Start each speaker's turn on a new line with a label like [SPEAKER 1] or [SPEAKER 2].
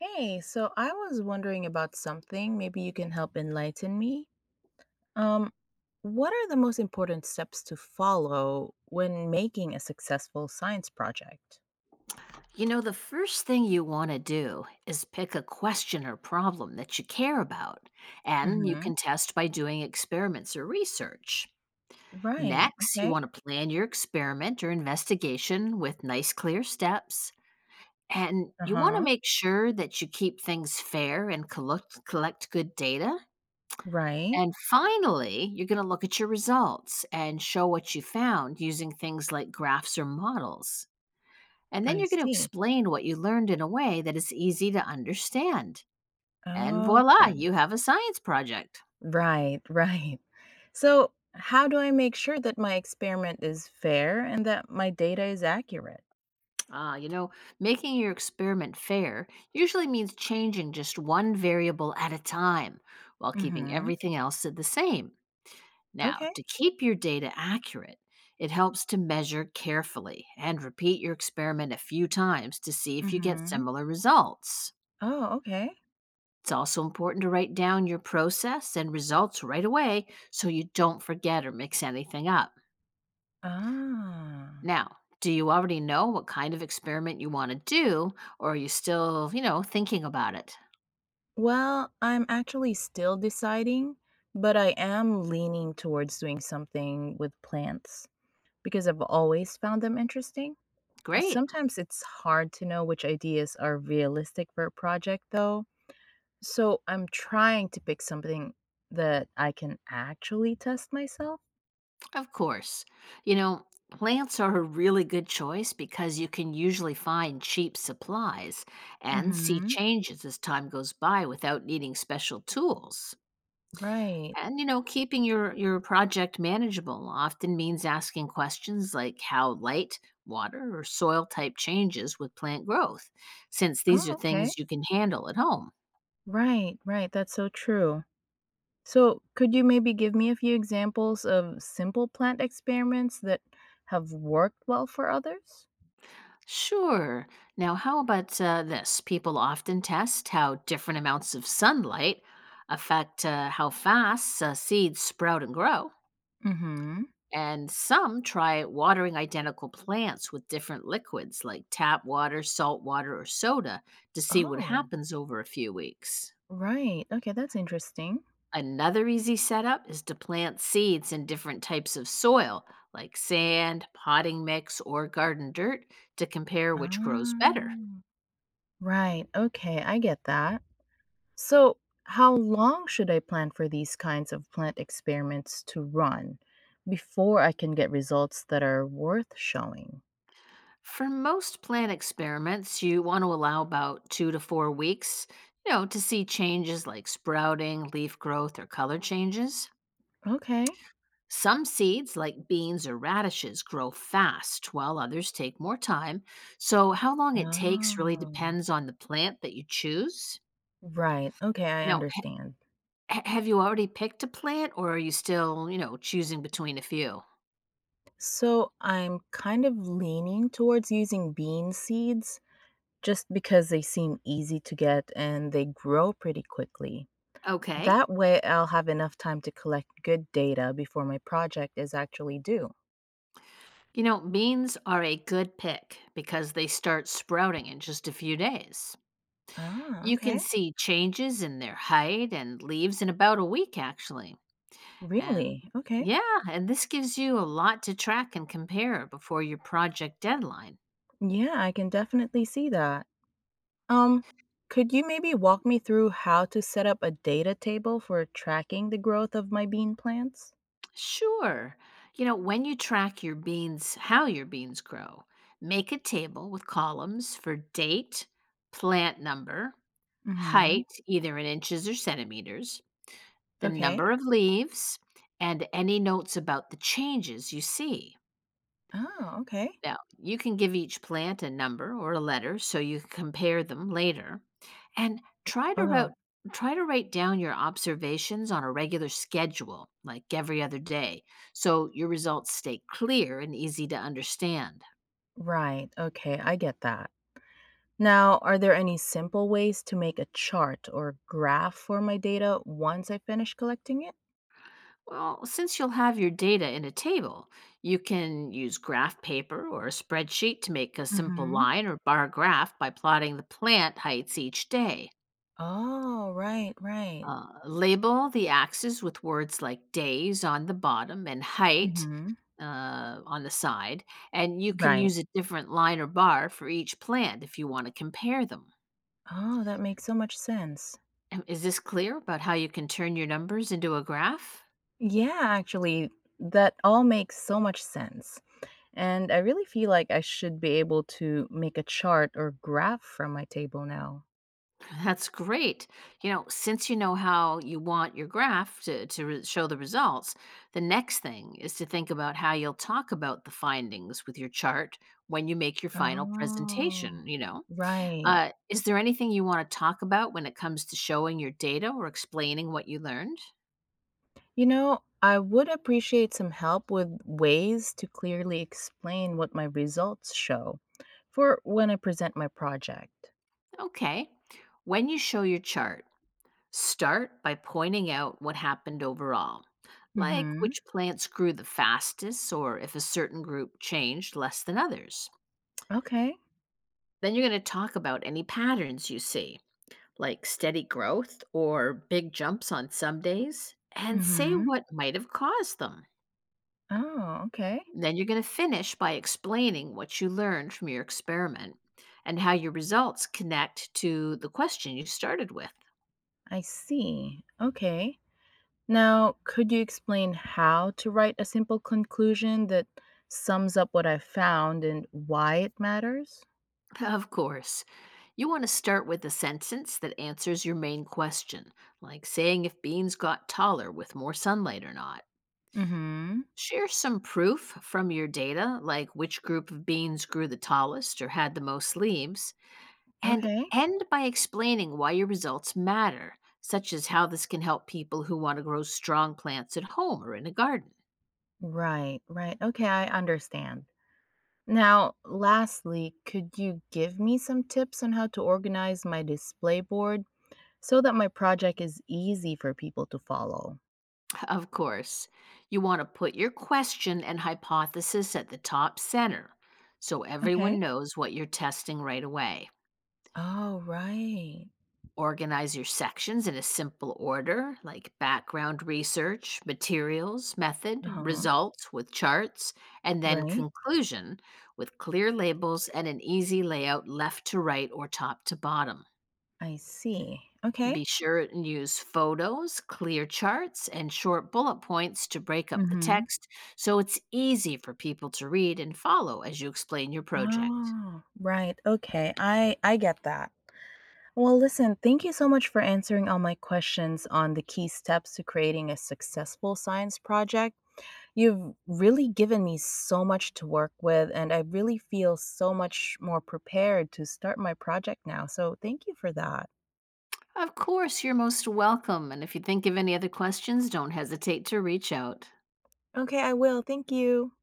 [SPEAKER 1] Hey, so I was wondering about something. Maybe you can help enlighten me. Um, what are the most important steps to follow when making a successful science project?
[SPEAKER 2] You know, the first thing you want to do is pick a question or problem that you care about, and you
[SPEAKER 1] Mm-hmm.
[SPEAKER 2] can test by doing experiments or research.
[SPEAKER 1] Right.
[SPEAKER 2] Next, you
[SPEAKER 1] Okay.
[SPEAKER 2] want to plan your experiment or investigation with nice, clear steps. And you want to
[SPEAKER 1] Uh-huh.
[SPEAKER 2] make sure that you keep things fair and collect good data.
[SPEAKER 1] Right.
[SPEAKER 2] And finally, you're going to look at your results and show what you found using things like graphs or models. And then
[SPEAKER 1] I
[SPEAKER 2] you're going to
[SPEAKER 1] see.
[SPEAKER 2] explain what you learned in a way that is easy to understand. And voila,
[SPEAKER 1] Okay.
[SPEAKER 2] you have a science project.
[SPEAKER 1] Right, right. So, how do I make sure that my experiment is fair and that my data is accurate?
[SPEAKER 2] Ah, you know, making your experiment fair usually means changing just one variable at a time while keeping
[SPEAKER 1] Mm-hmm.
[SPEAKER 2] everything else the same. Now,
[SPEAKER 1] Okay.
[SPEAKER 2] to keep your data accurate, it helps to measure carefully and repeat your experiment a few times to see if you get
[SPEAKER 1] Mm-hmm.
[SPEAKER 2] similar results.
[SPEAKER 1] Oh, okay.
[SPEAKER 2] It's also important to write down your process and results right away so you don't forget or mix anything up.
[SPEAKER 1] Ah.
[SPEAKER 2] Now, do you already know what kind of experiment you want to do, or are you still, you know, thinking about it?
[SPEAKER 1] Well, I'm actually still deciding, but I am leaning towards doing something with plants because I've always found them interesting.
[SPEAKER 2] Great,
[SPEAKER 1] Sometimes it's hard to know which ideas are realistic for a project, though. So I'm trying to pick something that I can actually test myself.
[SPEAKER 2] of course. You know, plants are a really good choice because you can usually find cheap supplies and see
[SPEAKER 1] Mm-hmm.
[SPEAKER 2] changes as time goes by without needing special tools.
[SPEAKER 1] Right.
[SPEAKER 2] And you know, keeping your project manageable often means asking questions like how light, water, or soil type changes with plant growth, since these are
[SPEAKER 1] Oh, okay.
[SPEAKER 2] things you can handle at home.
[SPEAKER 1] Right, right. That's so true. So, could you maybe give me a few examples of simple plant experiments that have worked well for others?
[SPEAKER 2] Sure. Now, how about this? People often test how different amounts of sunlight affect how fast seeds sprout and grow.
[SPEAKER 1] Mm-hmm.
[SPEAKER 2] And some try watering identical plants with different liquids like tap water, salt water, or soda to see what
[SPEAKER 1] Oh,
[SPEAKER 2] happens over a few weeks.
[SPEAKER 1] right. Okay, that's interesting.
[SPEAKER 2] Another easy setup is to plant seeds in different types of soil like sand, potting mix, or garden dirt to compare which grows better.
[SPEAKER 1] Ah, right. Okay, I get that. So, how long should I plan for these kinds of plant experiments to run before I can get results that are worth showing?
[SPEAKER 2] For most plant experiments, you want to allow about 2 to 4 weeks, you know, to see changes like sprouting, leaf growth, or color changes.
[SPEAKER 1] Okay.
[SPEAKER 2] Some seeds, like beans or radishes, grow fast, while others take more time. So, how long it takes really
[SPEAKER 1] Oh,
[SPEAKER 2] depends on the plant that you choose.
[SPEAKER 1] right. Okay, I
[SPEAKER 2] Now,
[SPEAKER 1] understand.
[SPEAKER 2] have you already picked a plant, or are you still, you know, choosing between a few?
[SPEAKER 1] So I'm kind of leaning towards using bean seeds just because they seem easy to get and they grow pretty quickly.
[SPEAKER 2] Okay.
[SPEAKER 1] That way, I'll have enough time to collect good data before my project is actually due.
[SPEAKER 2] You know, beans are a good pick because they start sprouting in just a few days.
[SPEAKER 1] Ah,
[SPEAKER 2] You can
[SPEAKER 1] okay.
[SPEAKER 2] see changes in their height and leaves in about a week, actually. And
[SPEAKER 1] Really? Okay.
[SPEAKER 2] yeah, and this gives you a lot to track and compare before your project deadline.
[SPEAKER 1] Yeah, I can definitely see that. Um, could you maybe walk me through how to set up a data table for tracking the growth of my bean plants?
[SPEAKER 2] Sure. You know, when you track your beans, how your beans grow, make a table with columns for date, plant number,
[SPEAKER 1] Mm-hmm.
[SPEAKER 2] height, either in inches or centimeters, the
[SPEAKER 1] Okay.
[SPEAKER 2] number of leaves, and any notes about the changes you see.
[SPEAKER 1] Oh, okay.
[SPEAKER 2] Now, you can give each plant a number or a letter so you can compare them later. And
[SPEAKER 1] Oh,
[SPEAKER 2] try to write down your observations on a regular schedule, like every other day, so your results stay clear and easy to understand.
[SPEAKER 1] Right. Okay, I get that. Now, are there any simple ways to make a chart or graph for my data once I finish collecting it?
[SPEAKER 2] Well, since you'll have your data in a table, you can use graph paper or a spreadsheet to make a simple
[SPEAKER 1] Hmm.
[SPEAKER 2] line or bar graph by plotting the plant heights each day.
[SPEAKER 1] Oh, right, right.
[SPEAKER 2] Label the axes with words like days on the bottom and height
[SPEAKER 1] Hmm.
[SPEAKER 2] on the side, and you can
[SPEAKER 1] Right.
[SPEAKER 2] use a different line or bar for each plant if you want to compare them.
[SPEAKER 1] Oh, that makes so much sense.
[SPEAKER 2] Is this clear about how you can turn your numbers into a graph?
[SPEAKER 1] Yeah, actually, that all makes so much sense. And I really feel like I should be able to make a chart or graph from my table now.
[SPEAKER 2] That's great. You know, since you know how you want your graph to show the results, the next thing is to think about how you'll talk about the findings with your chart when you make your final
[SPEAKER 1] Oh,
[SPEAKER 2] presentation, you know.
[SPEAKER 1] right.
[SPEAKER 2] Is there anything you want to talk about when it comes to showing your data or explaining what you learned?
[SPEAKER 1] You know, I would appreciate some help with ways to clearly explain what my results show for when I present my project.
[SPEAKER 2] Okay. When you show your chart, start by pointing out what happened overall, like
[SPEAKER 1] Mhm.
[SPEAKER 2] which plants grew the fastest or if a certain group changed less than others.
[SPEAKER 1] Okay.
[SPEAKER 2] Then you're going to talk about any patterns you see, like steady growth or big jumps on some days, and say
[SPEAKER 1] Mhm.
[SPEAKER 2] what might have caused them.
[SPEAKER 1] Oh, okay.
[SPEAKER 2] Then you're going to finish by explaining what you learned from your experiment and how your results connect to the question you started with.
[SPEAKER 1] I see. Okay. Now, could you explain how to write a simple conclusion that sums up what I found and why it matters?
[SPEAKER 2] Of course, you want to start with a sentence that answers your main question, like saying if beans got taller with more sunlight or not.
[SPEAKER 1] Mhm.
[SPEAKER 2] Share some proof from your data, like which group of beans grew the tallest or had the most leaves, and
[SPEAKER 1] Okay.
[SPEAKER 2] end by explaining why your results matter, such as how this can help people who want to grow strong plants at home or in a garden.
[SPEAKER 1] Right, right. Okay, I understand. Now, lastly, could you give me some tips on how to organize my display board so that my project is easy for people to follow?
[SPEAKER 2] Of course, you want to put your question and hypothesis at the top center so everyone
[SPEAKER 1] Okay.
[SPEAKER 2] knows what you're testing right away.
[SPEAKER 1] Oh, right.
[SPEAKER 2] Organize your sections in a simple order like background research, materials, method,
[SPEAKER 1] Uh-huh.
[SPEAKER 2] results with charts, and then
[SPEAKER 1] Right.
[SPEAKER 2] conclusion with clear labels and an easy layout left to right or top to bottom.
[SPEAKER 1] I see. Okay.
[SPEAKER 2] Be sure and use photos, clear charts, and short bullet points to break up the
[SPEAKER 1] Mm-hmm.
[SPEAKER 2] text so it's easy for people to read and follow as you explain your project.
[SPEAKER 1] Oh, right. Okay. I get that. Well, listen, thank you so much for answering all my questions on the key steps to creating a successful science project. You've really given me so much to work with, and I really feel so much more prepared to start my project now. So, thank you for that.
[SPEAKER 2] Of course, you're most welcome, and if you think of any other questions, don't hesitate to reach out.
[SPEAKER 1] Okay, I will. Thank you.